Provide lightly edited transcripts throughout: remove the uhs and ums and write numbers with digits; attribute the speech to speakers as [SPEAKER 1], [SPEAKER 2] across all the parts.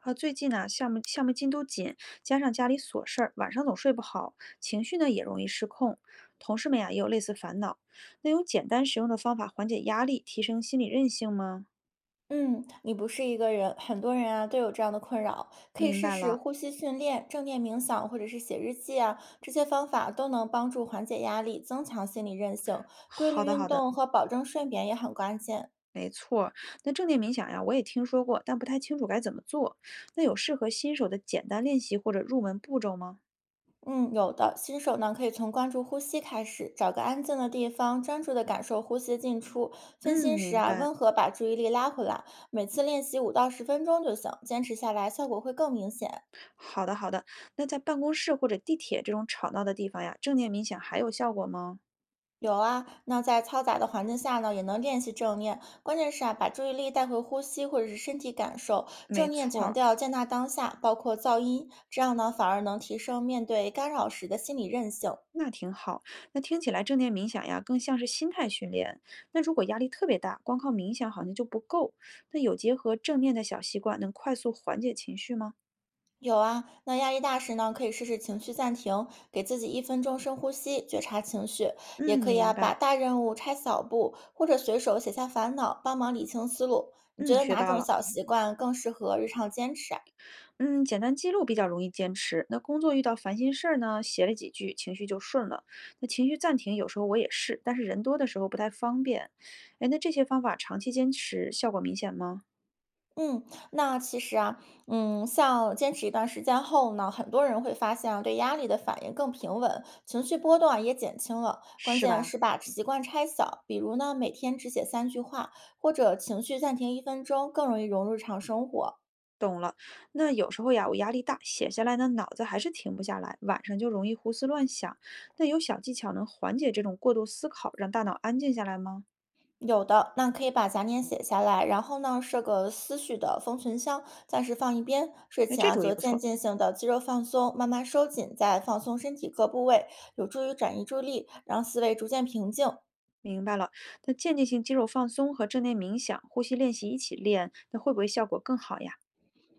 [SPEAKER 1] 啊，最近呢、项目进度紧，加上家里琐事儿，晚上总睡不好，情绪呢也容易失控。同事们呀、也有类似烦恼。那有简单实用的方法缓解压力，提升心理韧性吗？
[SPEAKER 2] 嗯，你不是一个人，很多人啊都有这样的困扰，可以
[SPEAKER 1] 明
[SPEAKER 2] 试
[SPEAKER 1] 白
[SPEAKER 2] 试
[SPEAKER 1] 了，
[SPEAKER 2] 呼吸训练、正念冥想或者是写日记啊，这些方法都能帮助缓解压力，增强心理韧性。规
[SPEAKER 1] 好
[SPEAKER 2] 律
[SPEAKER 1] 的
[SPEAKER 2] 运
[SPEAKER 1] 好的，
[SPEAKER 2] 动和保证睡眠也很关键。
[SPEAKER 1] 没错。那正念冥想呀，我也听说过，但不太清楚该怎么做。那有适合新手的简单练习或者入门步骤吗？
[SPEAKER 2] 嗯，有的，新手呢可以从关注呼吸开始，找个安静的地方，专注的感受呼吸进出。分
[SPEAKER 1] 嗯，
[SPEAKER 2] 心时
[SPEAKER 1] 明
[SPEAKER 2] 啊，
[SPEAKER 1] 白。
[SPEAKER 2] 温和把注意力拉回来，每次练习5到10分钟就行，坚持下来效果会更明显。
[SPEAKER 1] 好的好的。那在办公室或者地铁这种吵闹的地方呀，正念冥想还有效果吗？
[SPEAKER 2] 有啊，那在嘈杂的环境下呢，也能练习正念。关键是啊，把注意力带回呼吸或者是身体感受。
[SPEAKER 1] 没
[SPEAKER 2] 正念
[SPEAKER 1] 错
[SPEAKER 2] 强
[SPEAKER 1] 儿。
[SPEAKER 2] 调接纳当下，包括噪音，这样呢反而能提升面对干扰时的心理韧性。
[SPEAKER 1] 那挺好，那听起来正念冥想呀，更像是心态训练。那如果压力特别大，光靠冥想好像就不够。那有结合正念的小习惯，能快速缓解情绪吗？
[SPEAKER 2] 有啊，那压力大时呢，可以试试情绪暂停，给自己一分钟深呼吸，觉察情绪。也
[SPEAKER 1] 嗯，
[SPEAKER 2] 可以
[SPEAKER 1] 明
[SPEAKER 2] 啊，把
[SPEAKER 1] 白。
[SPEAKER 2] 大任务拆小步，或者随手写下烦恼，帮忙理清思路。你觉
[SPEAKER 1] 嗯，
[SPEAKER 2] 得
[SPEAKER 1] 学
[SPEAKER 2] 哪
[SPEAKER 1] 到
[SPEAKER 2] 种
[SPEAKER 1] 了。
[SPEAKER 2] 小习惯更适合日常坚持啊？
[SPEAKER 1] 嗯，简单记录比较容易坚持。那工作遇到烦心事儿呢，写了几句，情绪就顺了。那情绪暂停，有时候我也是，但是人多的时候不太方便。哎，那这些方法长期坚持，效果明显吗？
[SPEAKER 2] 嗯，那其实啊，嗯，像坚持一段时间后呢，很多人会发现啊，对压力的反应更平稳，情绪波动啊也减轻了。关
[SPEAKER 1] 是
[SPEAKER 2] 键
[SPEAKER 1] 吧？
[SPEAKER 2] 是把习惯拆小，比如呢，每天只写三句话，或者情绪暂停一分钟，更容易融入日常生活。
[SPEAKER 1] 懂了，那有时候呀，我压力大，写下来呢，脑子还是停不下来，晚上就容易胡思乱想。那有小技巧能缓解这种过度思考，让大脑安静下来吗？
[SPEAKER 2] 有的，那可以把杂念写下来，然后呢，设个思绪的封存箱，暂时放一边。睡
[SPEAKER 1] 哎，
[SPEAKER 2] 前
[SPEAKER 1] 这
[SPEAKER 2] 啊，
[SPEAKER 1] 主意
[SPEAKER 2] 做
[SPEAKER 1] 不
[SPEAKER 2] 渐
[SPEAKER 1] 错，
[SPEAKER 2] 进性的肌肉放松，慢慢收紧，再放松身体各部位，有助于转移注意力，让思维逐渐平静。
[SPEAKER 1] 明白了。那间歇性肌肉放松和正念冥想、呼吸练习一起练，那会不会效果更好呀？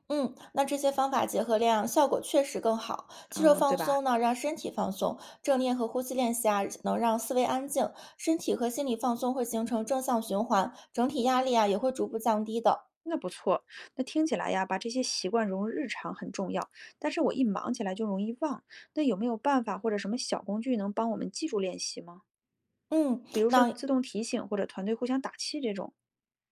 [SPEAKER 2] 嗯，那这些方法结合练啊效果确实更好。肌肉
[SPEAKER 1] 嗯，对
[SPEAKER 2] 放
[SPEAKER 1] 吧？
[SPEAKER 2] 松呢，让身体放松；正念和呼吸练习啊，能让思维安静。身体和心理放松会形成正向循环，整体压力啊也会逐步降低的。
[SPEAKER 1] 那不错。那听起来呀，把这些习惯融入日常很重要，但是我一忙起来就容易忘。那有没有办法或者什么小工具能帮我们记住练习吗？
[SPEAKER 2] 嗯，
[SPEAKER 1] 比如说
[SPEAKER 2] 那
[SPEAKER 1] 自动提醒或者团队互相打气这种。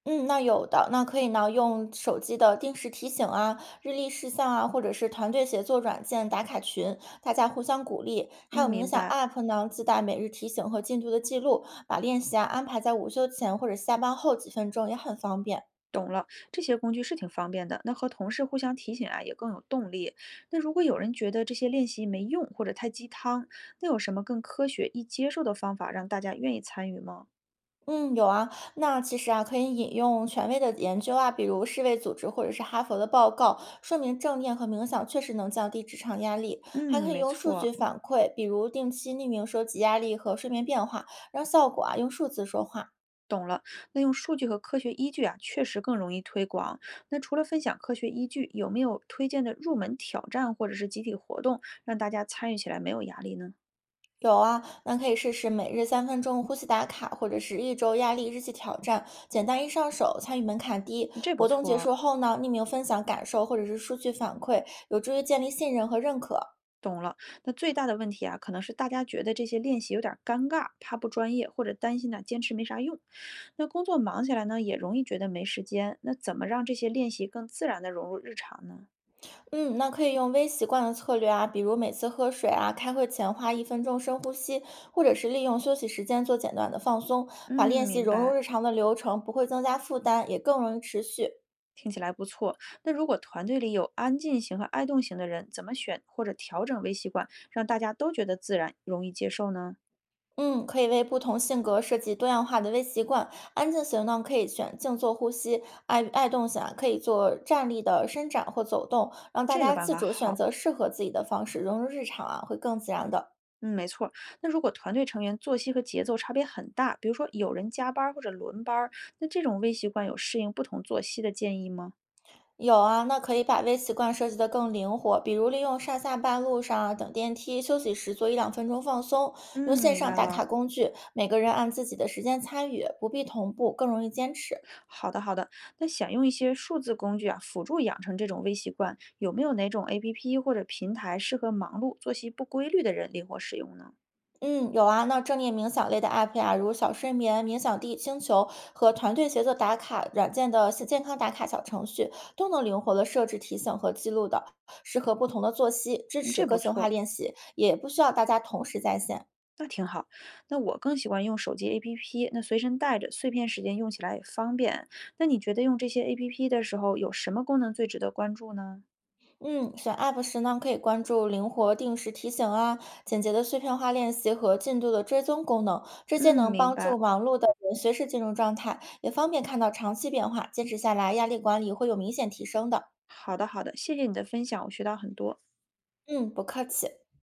[SPEAKER 2] 嗯，那有的，那可以呢，用手机的定时提醒啊、日历事项啊，或者是团队协作软件打卡群，大家互相鼓励。
[SPEAKER 1] 嗯，
[SPEAKER 2] 还有冥
[SPEAKER 1] 明
[SPEAKER 2] 想
[SPEAKER 1] 白，
[SPEAKER 2] App 呢，自带每日提醒和进度的记录，把练习啊安排在午休前或者下班后几分钟，也很方便。
[SPEAKER 1] 懂了。这些工具是挺方便的，那和同事互相提醒啊，也更有动力。那如果有人觉得这些练习没用或者太鸡汤，那有什么更科学、易接受的方法让大家愿意参与吗？
[SPEAKER 2] 嗯，有啊，那其实啊，可以引用权威的研究啊，比如世卫组织或者是哈佛的报告，说明正念和冥想确实能降低职场压力。还可
[SPEAKER 1] 嗯，
[SPEAKER 2] 以
[SPEAKER 1] 没
[SPEAKER 2] 用数据
[SPEAKER 1] 错，
[SPEAKER 2] 反馈，比如定期匿名收集压力和睡眠变化，让效果啊用数字说话。
[SPEAKER 1] 懂了。那用数据和科学依据啊，确实更容易推广。那除了分享科学依据，有没有推荐的入门挑战或者是集体活动，让大家参与起来没有压力呢？
[SPEAKER 2] 有啊，那可以试试每日3分钟呼吸打卡，或者是一周压力日记挑战，简单易上手，参与门槛低。
[SPEAKER 1] 这不
[SPEAKER 2] 活动结
[SPEAKER 1] 错。
[SPEAKER 2] 束后呢，匿名分享感受或者是数据反馈，有助于建立信任和认可。
[SPEAKER 1] 懂了，那最大的问题啊，可能是大家觉得这些练习有点儿尴尬，怕不专业，或者担心呢坚持没啥用。那工作忙起来呢，也容易觉得没时间。那怎么让这些练习更自然的融入日常呢？
[SPEAKER 2] 嗯，那可以用微习惯的策略啊，比如每次喝水啊，开会前花一分钟深呼吸，或者是利用休息时间做简短的放松，把
[SPEAKER 1] 嗯，
[SPEAKER 2] 练习
[SPEAKER 1] 明
[SPEAKER 2] 融入
[SPEAKER 1] 白，
[SPEAKER 2] 日常的流程，不会增加负担，也更容易持续。
[SPEAKER 1] 听起来不错。那如果团队里有安静型和爱动型的人，怎么选或者调整微习惯，让大家都觉得自然，容易接受呢？
[SPEAKER 2] 嗯，可以为不同性格设计多样化的微习惯。安静型呢，可以选静坐呼吸；爱动型啊，可以做站立的伸展或走动，让大
[SPEAKER 1] 这个
[SPEAKER 2] 家
[SPEAKER 1] 办
[SPEAKER 2] 自
[SPEAKER 1] 法
[SPEAKER 2] 主选
[SPEAKER 1] 好。
[SPEAKER 2] 择适合自己的方式，融入日常啊，会更自然的。
[SPEAKER 1] 嗯，没错儿。那如果团队成员作息和节奏差别很大，比如说有人加班儿或者轮班儿，那这种微习惯有适应不同作息的建议吗？
[SPEAKER 2] 有啊，那可以把微习惯设计得更灵活，比如利用上下班路上啊、等电梯、休息时做一两分钟放松，
[SPEAKER 1] 嗯，
[SPEAKER 2] 用线
[SPEAKER 1] 明
[SPEAKER 2] 上
[SPEAKER 1] 白
[SPEAKER 2] 打卡
[SPEAKER 1] 了。
[SPEAKER 2] 工具，每个人按自己的时间参与，不必同步，更容易坚持。
[SPEAKER 1] 好的，好的。那想用一些数字工具啊，辅助养成这种微习惯，有没有哪种 APP 或者平台适合忙碌、作息不规律的人灵活使用呢？
[SPEAKER 2] 嗯，有啊，那正念冥想类的 app 呀、如小睡眠、冥想地、星球和团队协作打卡软件的健康打卡小程序，都能灵活的设置提醒和记录的，适合不同的作息，支
[SPEAKER 1] 嗯，这
[SPEAKER 2] 持个
[SPEAKER 1] 不
[SPEAKER 2] 性化
[SPEAKER 1] 错，
[SPEAKER 2] 练习，也不需要大家同时在线。
[SPEAKER 1] 那挺好。那我更喜欢用手机 APP，那随身带着，碎片时间用起来也方便。那你觉得用这些 APP 的时候，有什么功能最值得关注呢？
[SPEAKER 2] 嗯，选 App 时呢，可以关注灵活定时提醒啊、简洁的碎片化练习和进度的追踪功能，这些
[SPEAKER 1] 嗯，
[SPEAKER 2] 能
[SPEAKER 1] 明
[SPEAKER 2] 帮助
[SPEAKER 1] 白。
[SPEAKER 2] 忙碌的人随时进入状态，也方便看到长期变化。坚持下来，压力管理会有明显提升的。
[SPEAKER 1] 好的，好的，谢谢你的分享，我学到很多。
[SPEAKER 2] 嗯，不客气。